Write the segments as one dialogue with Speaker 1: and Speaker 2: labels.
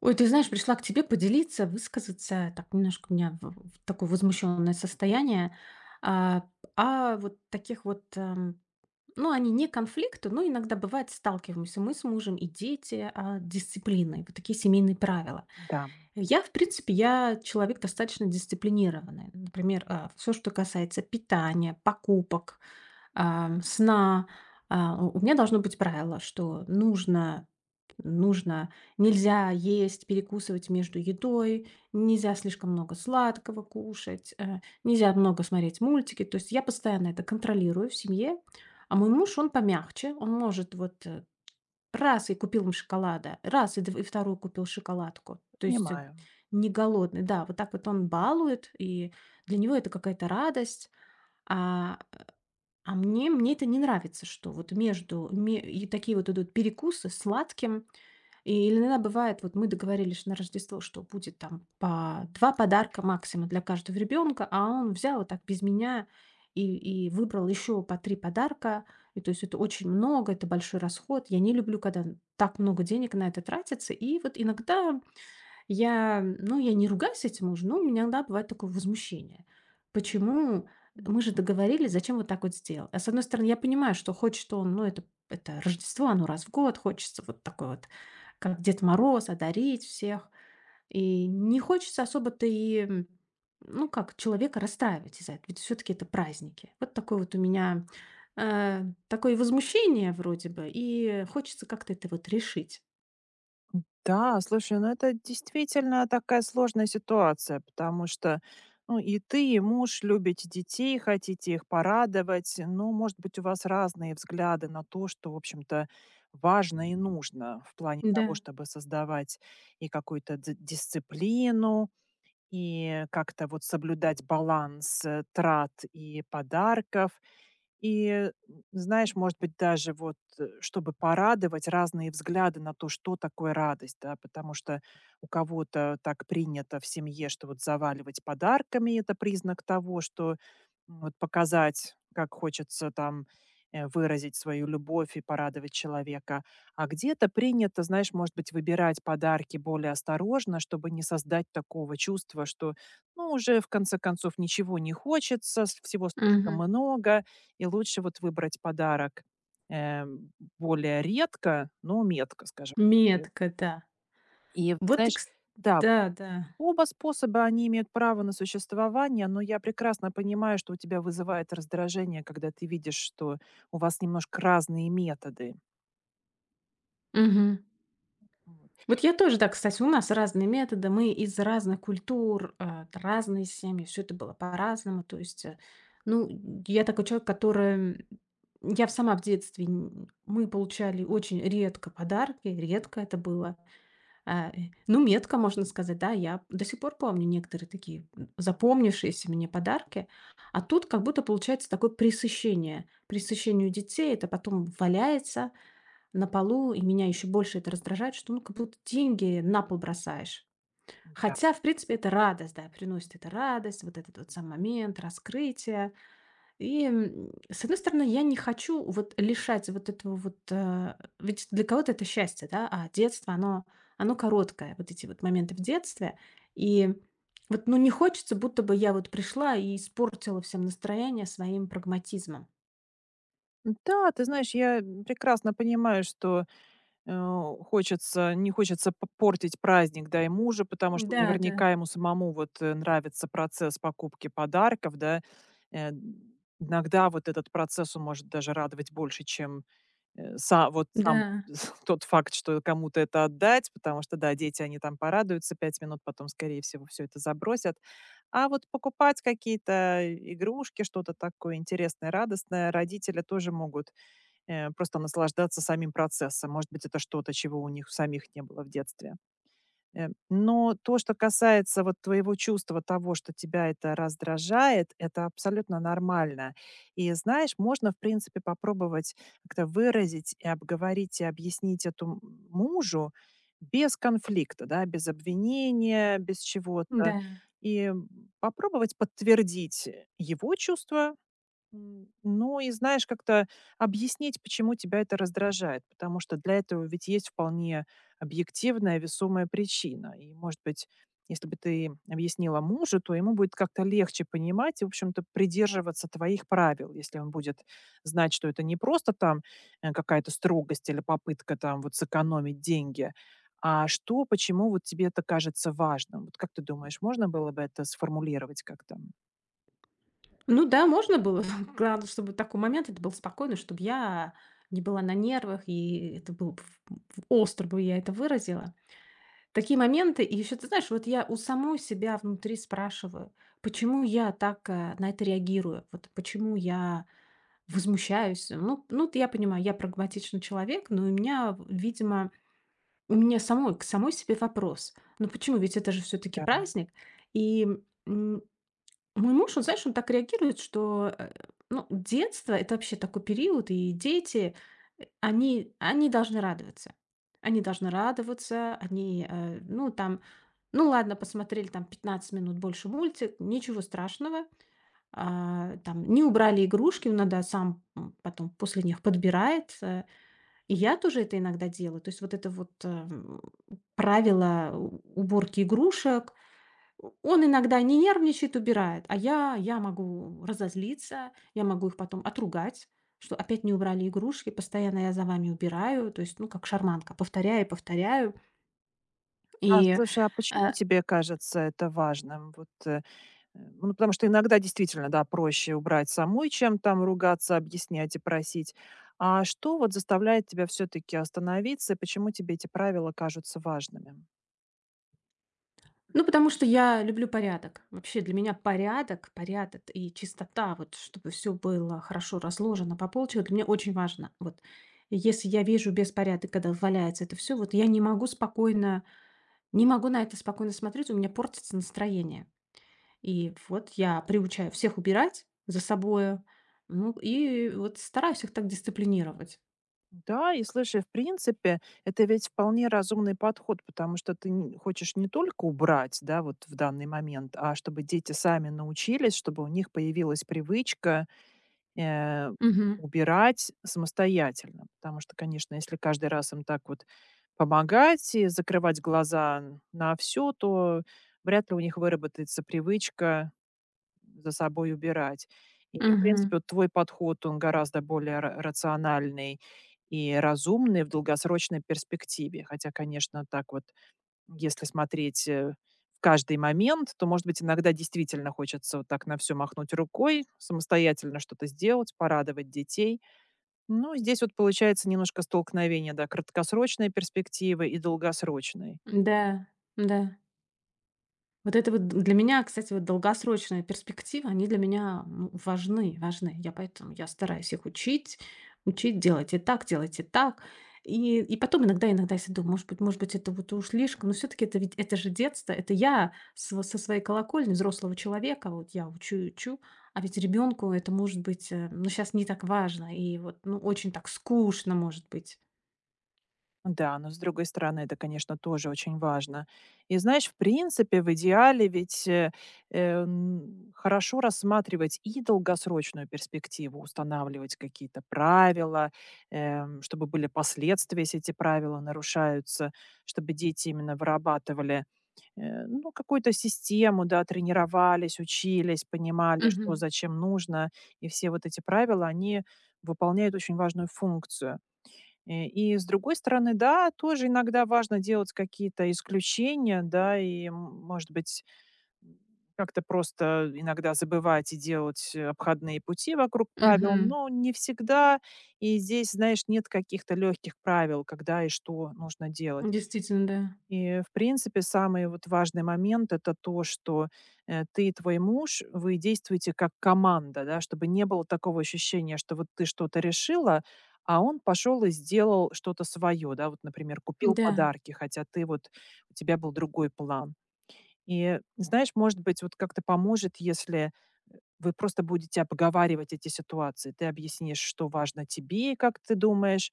Speaker 1: Ой, ты знаешь, пришла к тебе поделиться, высказаться. Так немножко у меня в такое возмущенное состояние. А, а вот таких вот, ну, они не конфликты, но иногда бывает сталкиваемся мы с мужем и дети, а, дисциплиной, вот такие семейные правила.
Speaker 2: Да,
Speaker 1: Я, в принципе, я человек достаточно дисциплинированный. Например, все, что касается питания, покупок, сна, а, у меня должно быть правило, что нужно нельзя есть, перекусывать между едой, нельзя слишком много сладкого кушать, нельзя много смотреть мультики. То есть я постоянно это контролирую в семье, а мой муж, он помягче, он может вот раз и купил им шоколада, раз и, и вторую купил шоколадку. То есть
Speaker 2: понимаю.
Speaker 1: не голодный, да, вот так вот он балует, и для него это какая-то радость. а а мне это не нравится, что вот между ме и такие вот идут перекусы с сладким. И иногда бывает, вот мы договорились на Рождество, что будет там по 2 подарка максимум для каждого ребенка, а он взял вот так без меня и выбрал еще по 3 подарка. И то есть это очень много, это большой расход. Я не люблю, когда так много денег на это тратится. И вот иногда я, ну, я не ругаюсь с этим мужем, но у меня, да, бывает такое возмущение. Почему мы же договорились, зачем вот так вот сделал? А с одной стороны, я понимаю, что хочет он, ну, это Рождество, оно раз в год, хочется вот такой вот, как Дед Мороз, одарить всех. И не хочется особо-то и, ну, как, человека расстраивать из-за этого, ведь все-таки это праздники. Вот такое вот у меня э, такое возмущение вроде бы, и хочется как-то это вот решить.
Speaker 2: Да, слушай, ну это действительно такая сложная ситуация, потому что ну, и ты, и муж любите детей, хотите их порадовать, но, может быть, у вас разные взгляды на то, что, в общем-то, важно и нужно в плане того,
Speaker 1: Да.
Speaker 2: чтобы создавать и какую-то дисциплину, и как-то вот соблюдать баланс трат и подарков. И, знаешь, может быть, даже вот, чтобы порадовать, разные взгляды на то, что такое радость, да, потому что у кого-то так принято в семье, что вот заваливать подарками - это признак того, что вот показать, как хочется там выразить свою любовь и порадовать человека. А где-то принято, знаешь, может быть, выбирать подарки более осторожно, чтобы не создать такого чувства, что, ну, уже в конце концов ничего не хочется, всего слишком
Speaker 1: Мгм.
Speaker 2: много, и лучше вот выбрать подарок, э, более редко, но метко, скажем так. Э,
Speaker 1: Метко, да.
Speaker 2: и,
Speaker 1: Вот и
Speaker 2: знаешь,
Speaker 1: кс
Speaker 2: да,
Speaker 1: да, да.
Speaker 2: оба способа, они имеют право на существование, но я прекрасно понимаю, что у тебя вызывает раздражение, когда ты видишь, что у вас немножко разные методы.
Speaker 1: Мгм.
Speaker 2: Вот,
Speaker 1: Вот я тоже, да, кстати, у нас разные методы, мы из разных культур, а, разные семьи, все это было по-разному. То есть, ну, я такой человек, который, я в сама в детстве, н мы получали очень редко подарки, редко это было. А, ну, метко, можно сказать, да, я до сих пор помню некоторые такие, запомнившиеся мне подарки. А тут как будто получается такое пресыщение. Пресыщение у детей, это потом валяется, на полу, и меня еще больше это раздражает, что, ну, как будто деньги на пол бросаешь.
Speaker 2: да.
Speaker 1: Хотя, в принципе, это радость, да, приносит это радость, вот этот вот сам момент, раскрытие. И, с одной стороны, я не хочу вот лишать вот этого вот... э, ведь для кого-то это счастье, да, а детство, оно, оно короткое, вот эти вот моменты в детстве. И вот, ну, не хочется, будто бы я вот пришла и испортила всем настроение своим прагматизмом.
Speaker 2: Да, ты знаешь, прекрасно понимаю, что хочется не хочется п портить праздник, да, и мужа, потому что
Speaker 1: Да, да,
Speaker 2: наверняка ему самому вот, нравится процесс покупки подарков, да. Э, иногда вот этот процесс, он может даже радовать больше, чем, э, са вот сам
Speaker 1: да,
Speaker 2: тот факт, что кому-то это отдать, потому что, да, дети, они там порадуются 5 минут, потом, скорее всего, все это забросят. А вот покупать какие-то игрушки, что-то такое интересное, радостное, родители тоже могут просто наслаждаться самим процессом. Может быть, это что-то, чего у них самих не было в детстве. Э, но то, что касается вот твоего чувства того, что тебя это раздражает, это абсолютно нормально. И знаешь, можно, в принципе, попробовать как-то выразить и обговорить, и объяснить эту мужу без конфликта, да, без обвинения, без чего-то.
Speaker 1: да.
Speaker 2: И попробовать подтвердить его чувства. М, ну и знаешь, как-то объяснить, почему тебя это раздражает, потому что для этого ведь есть вполне объективная, весомая причина. И, может быть, если бы ты объяснила мужу, то ему будет как-то легче понимать и, в общем-то, придерживаться твоих правил, если он будет знать, что это не просто там какая-то строгость или попытка там вот сэкономить деньги, а что, почему вот тебе это кажется важным. Вот как ты думаешь, можно было бы это сформулировать как-то?
Speaker 1: Ну да, можно было. Главное, чтобы такой момент, это был спокойно, чтобы я не была на нервах, и это было б в в остро бы я это выразила. Такие моменты. И еще, ты знаешь, вот я у самой себя внутри спрашиваю, почему я так, на это реагирую? Вот почему я возмущаюсь? Ну, ну, т я понимаю, я прагматичный человек, но у меня, в видимо, у меня самой к самой себе вопрос: "Ну почему? Ведь это же все таки
Speaker 2: Да.
Speaker 1: праздник". И, мой муж, он, знаешь, он так реагирует, что, ну, детство - это вообще такой период, и дети, они должны радоваться. Они должны радоваться, они, ну, там, ну, ладно, посмотрели там 15 минут больше мультик, ничего страшного. А, там не убрали игрушки, он иногда сам, потом после них подбирает. И я тоже это иногда делаю. То есть вот это вот, правило у уборки игрушек, он иногда не нервничает, убирает, а я могу разозлиться, я могу их потом отругать, что опять не убрали игрушки, постоянно я за вами убираю. То есть, ну, как шарманка, повторяю и повторяю.
Speaker 2: А,
Speaker 1: И,
Speaker 2: слушай, а
Speaker 1: э,
Speaker 2: почему тебе кажется это важным? Вот, ну, потому что иногда действительно, да, проще убрать самой, чем там ругаться, объяснять и просить. А что вот заставляет тебя все-таки остановиться, и почему тебе эти правила кажутся важными?
Speaker 1: ну, потому что я люблю порядок. Вообще для меня порядок и чистота, вот чтобы все было хорошо разложено по полочкам, для меня очень важно. Вот если я вижу беспорядок, когда валяется это все, вот я не могу на это спокойно смотреть, у меня портится настроение. И вот я приучаю всех убирать за собою, ну, и вот стараюсь их так дисциплинировать.
Speaker 2: Да, и слушай, в принципе, это ведь вполне разумный подход, потому что ты хочешь не только убрать, да, вот в данный момент, а чтобы дети сами научились, чтобы у них появилась привычка, Э,
Speaker 1: Мгм.
Speaker 2: убирать самостоятельно. Потому что, конечно, если каждый раз им так вот помогать и закрывать глаза на все, то вряд ли у них выработается привычка за собой убирать. И, в
Speaker 1: Мгм.
Speaker 2: принципе, вот твой подход, он гораздо более рациональный и разумный в долгосрочной перспективе. Хотя, конечно, так вот если смотреть, в каждый момент, то, может быть, иногда действительно хочется вот так на все махнуть рукой, самостоятельно что-то сделать, порадовать детей. Ну, здесь вот получается немножко столкновение, да, краткосрочной перспективы и долгосрочной.
Speaker 1: Да, да. Вот это вот для меня, кстати, вот долгосрочная перспектива, они для меня, ну, важны. Я поэтому я стараюсь их учить, учить: "Делайте так, делайте так". И потом иногда я се думаю: "Может быть, это вот уж слишком". Но все таки это ведь это же детство, это я св со своей колокольни взрослого человека, вот я учу и учу, а ведь ребенку это может быть, ну, сейчас не так важно и вот, ну, очень так скучно, может быть.
Speaker 2: Да, но с другой стороны, это, конечно, тоже очень важно. И знаешь, в принципе, в идеале ведь хорошо рассматривать и долгосрочную перспективу, устанавливать какие-то правила, чтобы были последствия, если эти правила нарушаются, чтобы дети именно вырабатывали ну, какую-то систему, да, тренировались, учились, понимали, что
Speaker 1: Мгм.
Speaker 2: зачем нужно. И все вот эти правила, они выполняют очень важную функцию. И с другой стороны, да, тоже иногда важно делать какие-то исключения, да, и, может быть, м, как-то просто иногда забывать и делать обходные пути вокруг правил,
Speaker 1: Мгм.
Speaker 2: но не всегда. И здесь, знаешь, нет каких-то легких правил, когда и что нужно делать.
Speaker 1: Действительно, да.
Speaker 2: И, в принципе, самый вот важный момент - это то, что, ты и твой муж, вы действуете как команда, да, чтобы не было такого ощущения, что вот ты что-то решила, а он пошел и сделал что-то свое, да, вот, например, купил
Speaker 1: Да.
Speaker 2: подарки, хотя ты вот у тебя был другой план. И, знаешь, может быть, вот как-то поможет, если, вы просто будете обговаривать эти ситуации. Ты объяснишь, что важно тебе, как ты думаешь.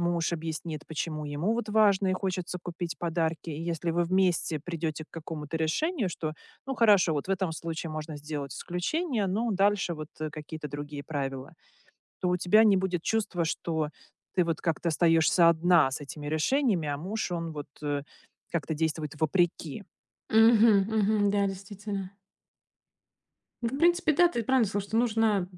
Speaker 2: Муж объяснит, почему ему вот важно и хочется купить подарки. И если вы вместе придете к какому-то решению, что, ну хорошо, вот в этом случае можно сделать исключение, но дальше вот какие-то другие правила, то у тебя не будет чувства, что ты вот как-то остаешься одна с этими решениями, а муж, он вот как-то действует вопреки.
Speaker 1: Мгм, мгм. Да, действительно. Ну, в
Speaker 2: Ну,
Speaker 1: принципе, да, ты правильно сказала, что нужно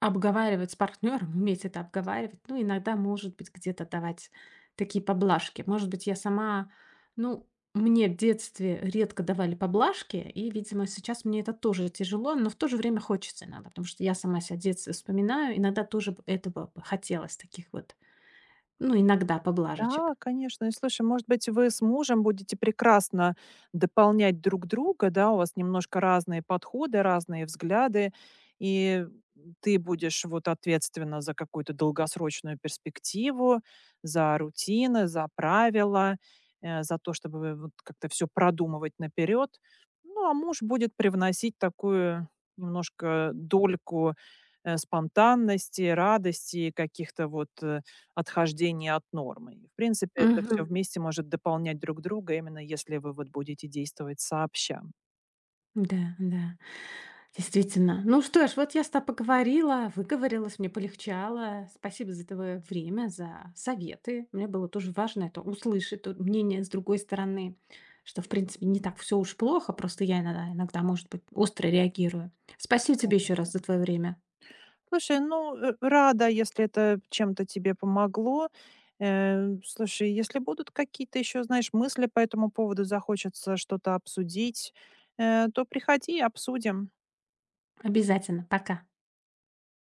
Speaker 1: обговаривать с партнером, уметь это обговаривать. Ну, иногда, может быть, где-то давать такие поблажки. Может быть, я сама, ну, мне в детстве редко давали поблажки, и, видимо, сейчас мне это тоже тяжело, но в то же время хочется иногда, потому что я сама себя в детстве вспоминаю, иногда тоже этого бы хотелось, таких вот, ну, иногда поблажечек.
Speaker 2: да, конечно. И слушай, может быть, вы с мужем будете прекрасно дополнять друг друга, да, у вас немножко разные подходы, разные взгляды, и ты будешь вот ответственна за какую-то долгосрочную перспективу, за рутины, за правила, за то, чтобы вы вот как-то все продумывать наперед. Ну, а муж будет привносить такую немножко дольку спонтанности, радости, каких-то вот отхождение от нормы. И, в принципе, это все
Speaker 1: Мгм.
Speaker 2: вместе может дополнять друг друга, именно если вы вот будете действовать сообща.
Speaker 1: Да, да. Действительно. Ну что ж, вот я с тобой поговорила, выговорилась, мне полегчало. Спасибо за твое время, за советы. Мне было тоже важно это услышать, тут мнение с другой стороны, что, в принципе, не так все уж плохо, просто я иногда, иногда, может быть, остро реагирую. Спасибо тебе еще раз
Speaker 2: Конечно.
Speaker 1: за твое время.
Speaker 2: Слушай, ну, рада, если это чем-то тебе помогло. Э, слушай, если будут какие-то еще, знаешь, мысли по этому поводу, захочется что-то обсудить, то приходи, обсудим.
Speaker 1: Обязательно. Пока.